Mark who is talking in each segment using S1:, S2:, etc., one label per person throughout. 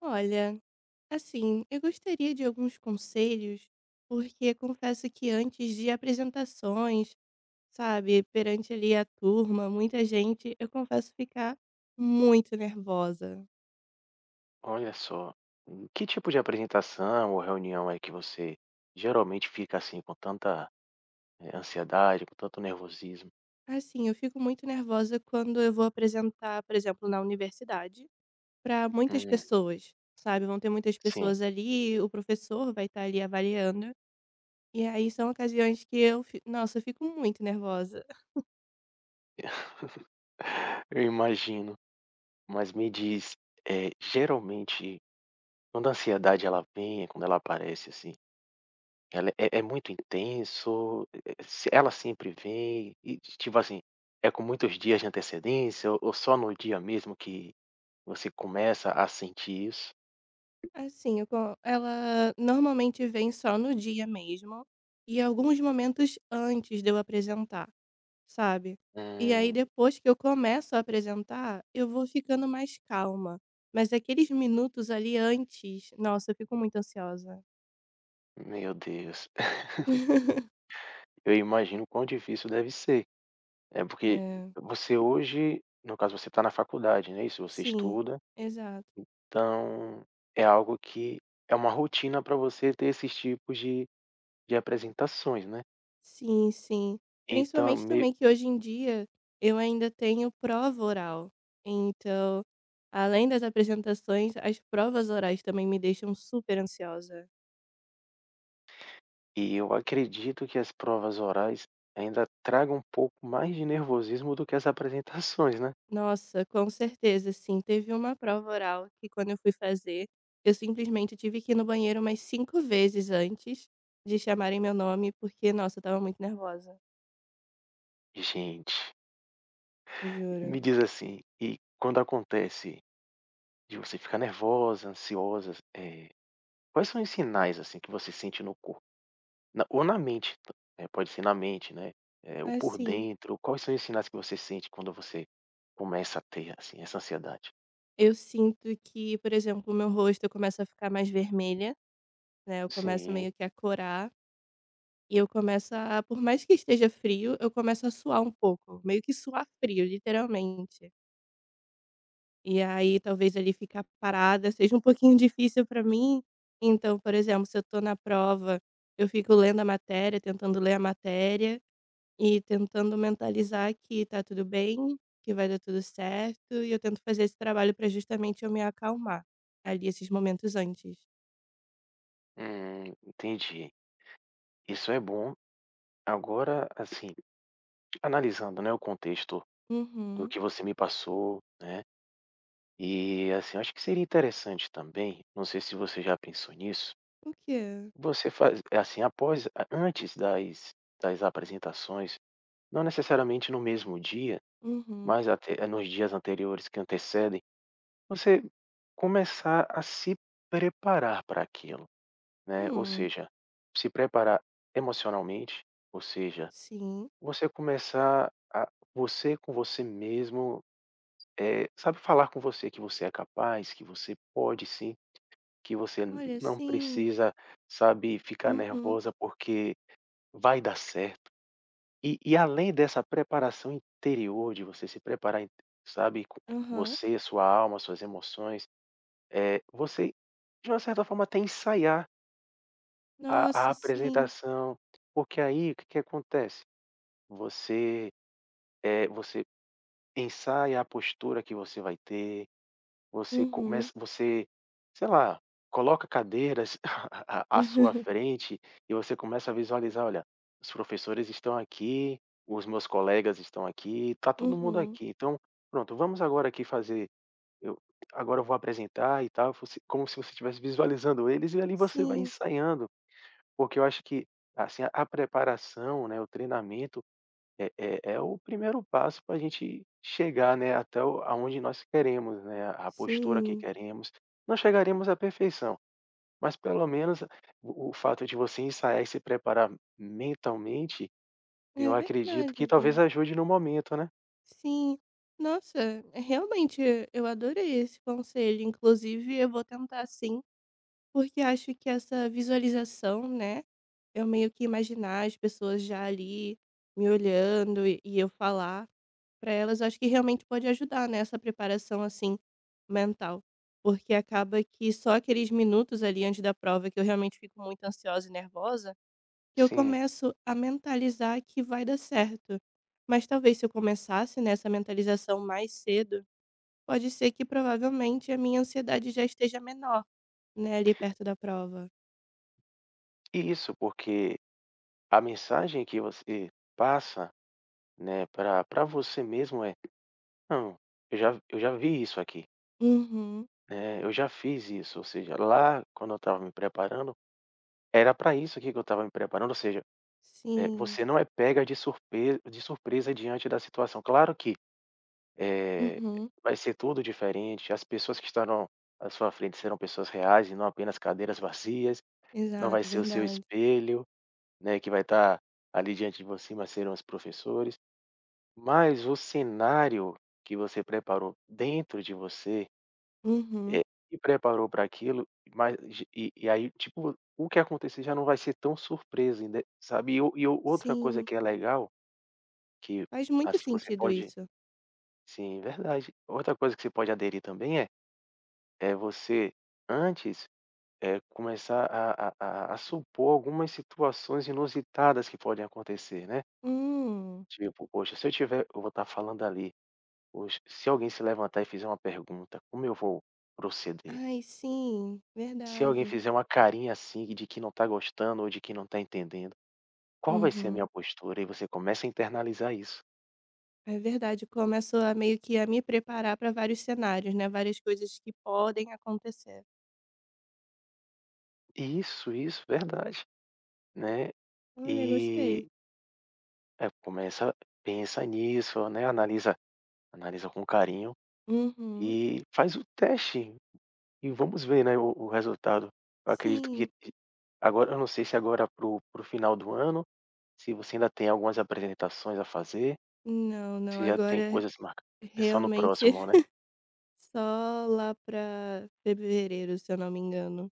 S1: Olha, assim, eu gostaria de alguns conselhos, porque confesso que antes de apresentações, sabe, perante ali a turma, muita gente, eu confesso ficar muito nervosa.
S2: Olha só, em que tipo de apresentação ou reunião é que você geralmente fica assim com tanta, ansiedade, com tanto nervosismo?
S1: Assim, eu fico muito nervosa quando eu vou apresentar, por exemplo, na universidade, para muitas
S2: Hum,
S1: pessoas, sabe? Vão ter muitas
S2: sim,
S1: pessoas ali, o professor vai estar ali avaliando, e aí são ocasiões que eu, nossa, eu fico muito nervosa.
S2: eu imagino. Mas me diz, geralmente quando a ansiedade ela vem, quando ela aparece assim, ela é muito intenso? Se ela sempre vem e tipo assim, é com muitos dias de antecedência ou só no dia mesmo que você começa a sentir isso?
S1: Assim, eu go ela normalmente vem só no dia mesmo, e alguns momentos antes de eu apresentar, sabe. E aí
S2: Hum,
S1: depois que eu começo a apresentar, eu vou ficando mais calma, mas aqueles minutos ali antes, nossa, eu fico muito ansiosa.
S2: meu Deus. Eu imagino o quão difícil deve ser. É porque
S1: É,
S2: você hoje, no caso você está na faculdade, né? É isso? Você
S1: sim,
S2: estuda,
S1: exato.
S2: então é algo que é uma rotina para você ter esses tipos de apresentações, né.
S1: Sim, sim.
S2: Então
S1: Principalmente
S2: meio
S1: também que hoje em dia eu ainda tenho prova oral. Então, além das apresentações, as provas orais também me deixam super ansiosa.
S2: e eu acredito que as provas orais ainda tragam um pouco mais de nervosismo do que as apresentações, né.
S1: Nossa, com certeza, sim. Teve uma prova oral que quando eu fui fazer, eu simplesmente tive que ir no banheiro umas cinco vezes antes de chamarem meu nome, porque, nossa, eu tava muito nervosa,
S2: Gente,
S1: eu juro.
S2: me diz assim, e quando acontece de você ficar nervosa, ansiosa, quais são os sinais, assim, que você sente no corpo? Na ou na mente, pode ser na mente, né, ou por
S1: Assim,
S2: dentro, quais são os sinais que você sente quando você começa a ter, assim, essa ansiedade?
S1: eu sinto que, por exemplo, o meu rosto começa a ficar mais vermelho, né, eu começo
S2: Sim,
S1: meio que a corar e eu começo a, por mais que esteja frio, eu começo a suar um pouco, meio que suar frio, literalmente. E aí talvez ali ficar parada seja um pouquinho difícil para mim, então, por exemplo, se eu tô na prova, eu fico lendo a matéria, tentando ler a matéria e tentando mentalizar que tá tudo bem, que vai dar tudo certo e eu tento fazer esse trabalho para justamente eu me acalmar, ali esses momentos antes.
S2: entendi. Isso é bom. Agora, assim, analisando, né, o contexto do
S1: Uhum.
S2: que você me passou, né, e, assim, acho que seria interessante também, não sei se você já pensou nisso,
S1: O quê?
S2: você faz assim, após a antes das das apresentações, não necessariamente no mesmo dia,
S1: Uhum.
S2: mas até nos dias anteriores que antecedem você começar a se preparar para aquilo, né, ou
S1: Hum.
S2: seja, se preparar emocionalmente, ou seja,
S1: Sim.
S2: você começar a você com você mesmo, sabe, falar com você que você é capaz, que você pode sim, que você
S1: Olha,
S2: não
S1: sim.
S2: precisa, sabe, ficar
S1: Uhum.
S2: nervosa porque vai dar certo. E além dessa preparação interior, de você se preparar, sabe, com
S1: Aham.
S2: você, sua alma, suas emoções, você de uma certa forma até ensaiar a
S1: Nossa, sim.
S2: apresentação, porque aí o que que acontece? Você, você ensaia a postura que você vai ter, você
S1: Uhum.
S2: começa você, sei lá, coloca cadeiras à sua frente e você começa a visualizar: "Olha, os professores estão aqui, os meus colegas estão aqui, tá todo mundo
S1: Uhum.
S2: aqui, então pronto, vamos agora aqui fazer eu agora eu vou apresentar e tal", você como se você estivesse visualizando eles e ali você vai
S1: Sim,
S2: ensaiando. Porque eu acho que, assim, a preparação, né, o treinamento é o primeiro passo para a gente chegar, né, até o aonde nós queremos, né, a postura que
S1: sim.
S2: queremos. Não chegaremos à perfeição, mas pelo menos o fato de você ensaiar e se preparar mentalmente, eu
S1: É
S2: acredito
S1: verdade,
S2: que talvez
S1: viu.
S2: ajude no momento, né.
S1: Sim. Nossa, realmente eu adorei esse conselho, inclusive eu vou tentar sim, porque acho que essa visualização, né, eu meio que imaginar as pessoas já ali me olhando e eu falar para elas, eu acho que realmente pode ajudar nessa preparação, assim, mental. Porque acaba que só aqueles minutos ali antes da prova que eu realmente fico muito ansiosa e nervosa, que eu
S2: Sim.
S1: começo a mentalizar que vai dar certo. Mas talvez se eu começasse nessa mentalização mais cedo, pode ser que provavelmente a minha ansiedade já esteja menor, né, ali perto da prova.
S2: E isso, porque a mensagem que você passa, né, para você mesmo é: "Não, eu já vi isso aqui.
S1: Uhum.
S2: É, eu já fiz isso, ou seja, lá quando eu estava me preparando, era para isso aqui que eu estava me preparando, ou seja,
S1: Sim.
S2: você não é pega de surpre de surpresa diante da situação. Claro que, eh,
S1: Uhum.
S2: vai ser tudo diferente, as pessoas que estarão à sua frente serão pessoas reais e não apenas cadeiras vazias, não vai
S1: Exato,
S2: ser o seu
S1: verdade.
S2: espelho, né, que vai estar ali diante de você, mas serão os professores. Mas o cenário que você preparou dentro de você
S1: Uhum.
S2: é, me preparou para aquilo, mas e aí, tipo, o que acontecer já não vai ser tão surpresa, ainda sabe. E o outra coisa
S1: Sim,
S2: que é legal, que,
S1: faz muito
S2: assim, você
S1: sentido
S2: pode
S1: isso.
S2: sim, verdade. Outra coisa que você pode aderir também é você, antes, começar a supor algumas situações inusitadas que podem acontecer, né.
S1: Hum.
S2: Tipo: "Poxa, se eu tiver" eu vou estar falando ali: "Poxa, se alguém se levantar e fizer uma pergunta, como eu vou proceder?"
S1: Ai, sim,
S2: Se alguém
S1: verdade.
S2: fizer uma carinha assim de que não tá gostando ou de que não tá entendendo, qual vai ser a
S1: Uhum.
S2: minha postura? E você começa a internalizar isso.
S1: É verdade, começo a meio que a me preparar para vários cenários, né, várias coisas que podem acontecer.
S2: Isso, verdade, né.
S1: Olha, gostei.
S2: E, começa pensa nisso, né, analisa com carinho
S1: Uhum.
S2: e faz o teste e vamos ver, né, o resultado. Eu acredito que
S1: Sim.
S2: agora eu não sei se agora para o final do ano, se você ainda tem algumas apresentações a fazer,
S1: Não, não,
S2: se já tem
S1: agora
S2: coisas marcadas. É só no
S1: realmente
S2: próximo, né?
S1: só lá para fevereiro, se eu não me engano.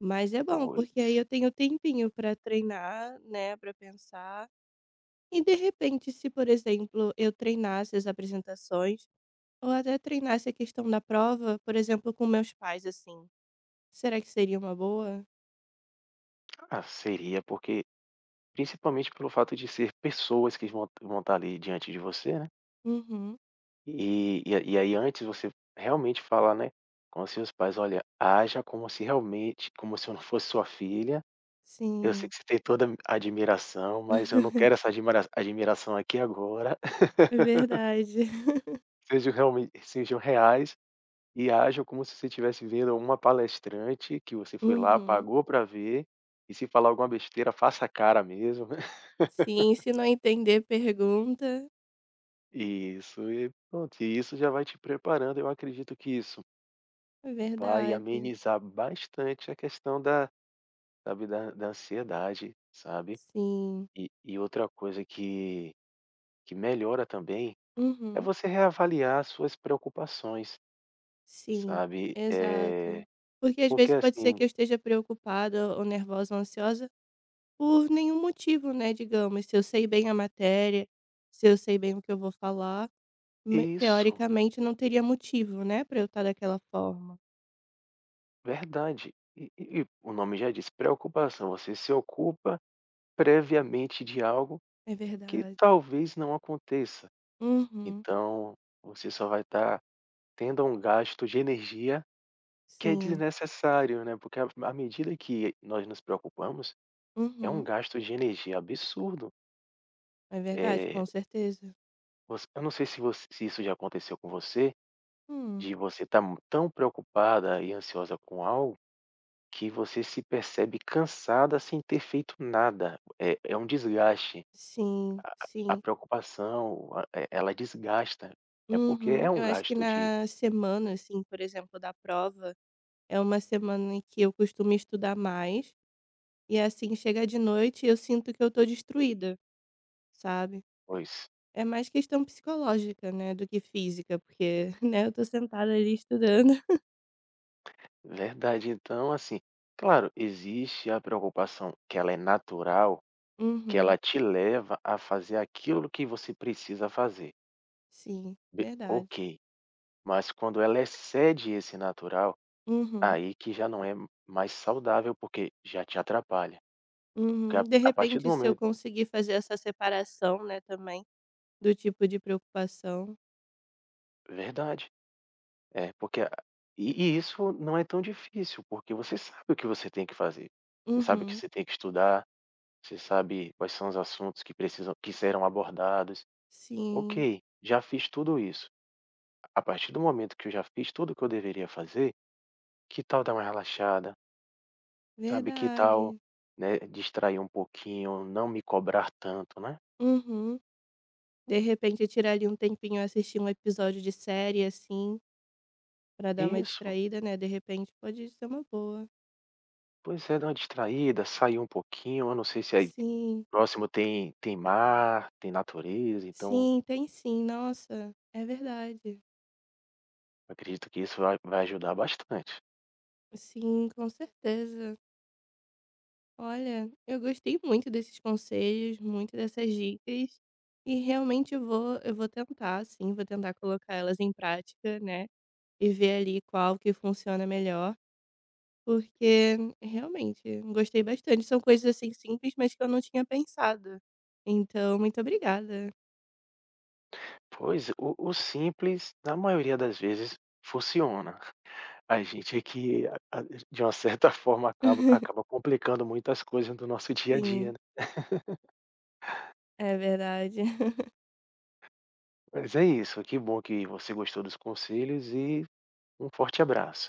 S1: Mas é bom, porque
S2: Pois.
S1: aí eu tenho tempinho para treinar, né, para pensar. E de repente, se, por exemplo, eu treinasse as apresentações, ou até treinasse a questão da prova, por exemplo, com meus pais, assim, será que seria uma boa?
S2: Ah, seria, porque principalmente pelo fato de ser pessoas que vão estar ali diante de você, né,
S1: Uhum,
S2: e aí antes você realmente falar, né, com seus pais: "Olha, haja como se realmente como se eu não fosse sua filha, eu sei
S1: sim,
S2: que você tem toda a admiração, mas eu não quero essa admiração aqui agora,
S1: é verdade.
S2: sejam realmente sejam reais e hajam como se você estivesse vendo uma palestrante que você foi lá,
S1: Uhum,
S2: pagou para ver, e se falar alguma besteira, faça a cara mesmo".
S1: sim, se não entender, pergunta.
S2: Isso, e pronto, e isso já vai te preparando, eu acredito que isso
S1: É
S2: vai
S1: verdade,
S2: amenizar bastante a questão da sabe, da ansiedade, sabe.
S1: sim.
S2: E outra coisa que melhora também, é
S1: Uhum,
S2: você reavaliar as suas preocupações,
S1: sim,
S2: sabe.
S1: exato.
S2: É
S1: Porque às
S2: porque
S1: vezes pode ser
S2: assim
S1: que eu esteja preocupada ou nervosa ou ansiosa, por nenhum motivo, né, digamos, se eu sei bem a matéria, se eu sei bem o que eu vou falar, me
S2: isso,
S1: teoricamente não teria motivo, né, pra eu estar daquela forma.
S2: verdade. E o nome já diz, preocupação, você se ocupa previamente de algo
S1: É
S2: que
S1: verdade.
S2: talvez não aconteça,
S1: Uhum.
S2: então você só vai estar tendo um gasto de energia que é
S1: Sim.
S2: desnecessário, né, porque a à medida que nós nos preocupamos, é um
S1: Uhum.
S2: gasto de energia absurdo.
S1: É verdade,
S2: Eh,
S1: com certeza.
S2: voc eu não sei se voc se isso já aconteceu com você,
S1: Hum.
S2: de você estar tão preocupada e ansiosa com algo, que você se percebe cansada sem ter feito nada. É um desgaste.
S1: Sim,
S2: A
S1: sim.
S2: preocupação, a ela desgasta. É porque
S1: Uhum.
S2: é um
S1: Eu acho que
S2: gasto de
S1: na semana, assim, por exemplo, da prova, é uma semana em que eu costumo estudar mais, e assim, chega de noite e eu sinto que eu tô destruída, sabe.
S2: pois.
S1: É mais questão psicológica, né, do que física, porque, né, eu tô sentada ali estudando.
S2: Verdade. Então, assim, claro, existe a preocupação que ela é natural, que
S1: Uhum,
S2: ela te leva a fazer aquilo que você precisa fazer.
S1: sim, verdade.
S2: Ok. Mas quando ela excede esse natural,
S1: Uhum,
S2: aí que já não é mais saudável, porque já te atrapalha. Porque
S1: uhum. De
S2: a partir do
S1: repente, se eu
S2: momento.
S1: conseguir fazer essa separação, né, também, do tipo de preocupação.
S2: Verdade. É, porque. E isso não é tão difícil, porque você sabe o que você tem que fazer. Você sabe o que
S1: Uhum,
S2: você tem que estudar, você sabe quais são os assuntos que precisam, que serão abordados.
S1: sim,
S2: Ok, já fiz tudo isso. A partir do momento que eu já fiz tudo o que eu deveria fazer, que tal dar uma relaxada? Sabe, que tal,
S1: verdade.
S2: né, distrair um pouquinho, não me cobrar tanto, né?
S1: Uhum. De repente, tirar ali um tempinho, assistir um episódio de série, assim, pra dar uma
S2: Isso,
S1: distraída, né, de repente, pode ser uma boa.
S2: pois é, dar uma distraída, sair um pouquinho, eu não sei se aí
S1: Sim,
S2: próximo tem, tem mar, tem natureza, então
S1: sim, tem sim, nossa, é verdade.
S2: acredito que isso vai, vai ajudar bastante.
S1: Sim, com certeza. Olha, eu gostei muito desses conselhos, muito dessas dicas, e realmente eu vou tentar, sim, vou tentar colocar elas em prática, né? E ver ali qual que funciona melhor, porque realmente gostei bastante. São coisas assim simples, mas que eu não tinha pensado. Então, muito obrigada.
S2: Pois, o simples, na maioria das vezes, funciona. A gente é que a de uma certa forma acaba complicando muitas coisas do nosso dia a dia,
S1: Sim,
S2: né.
S1: é verdade.
S2: Mas é isso, que bom que você gostou dos conselhos e um forte abraço.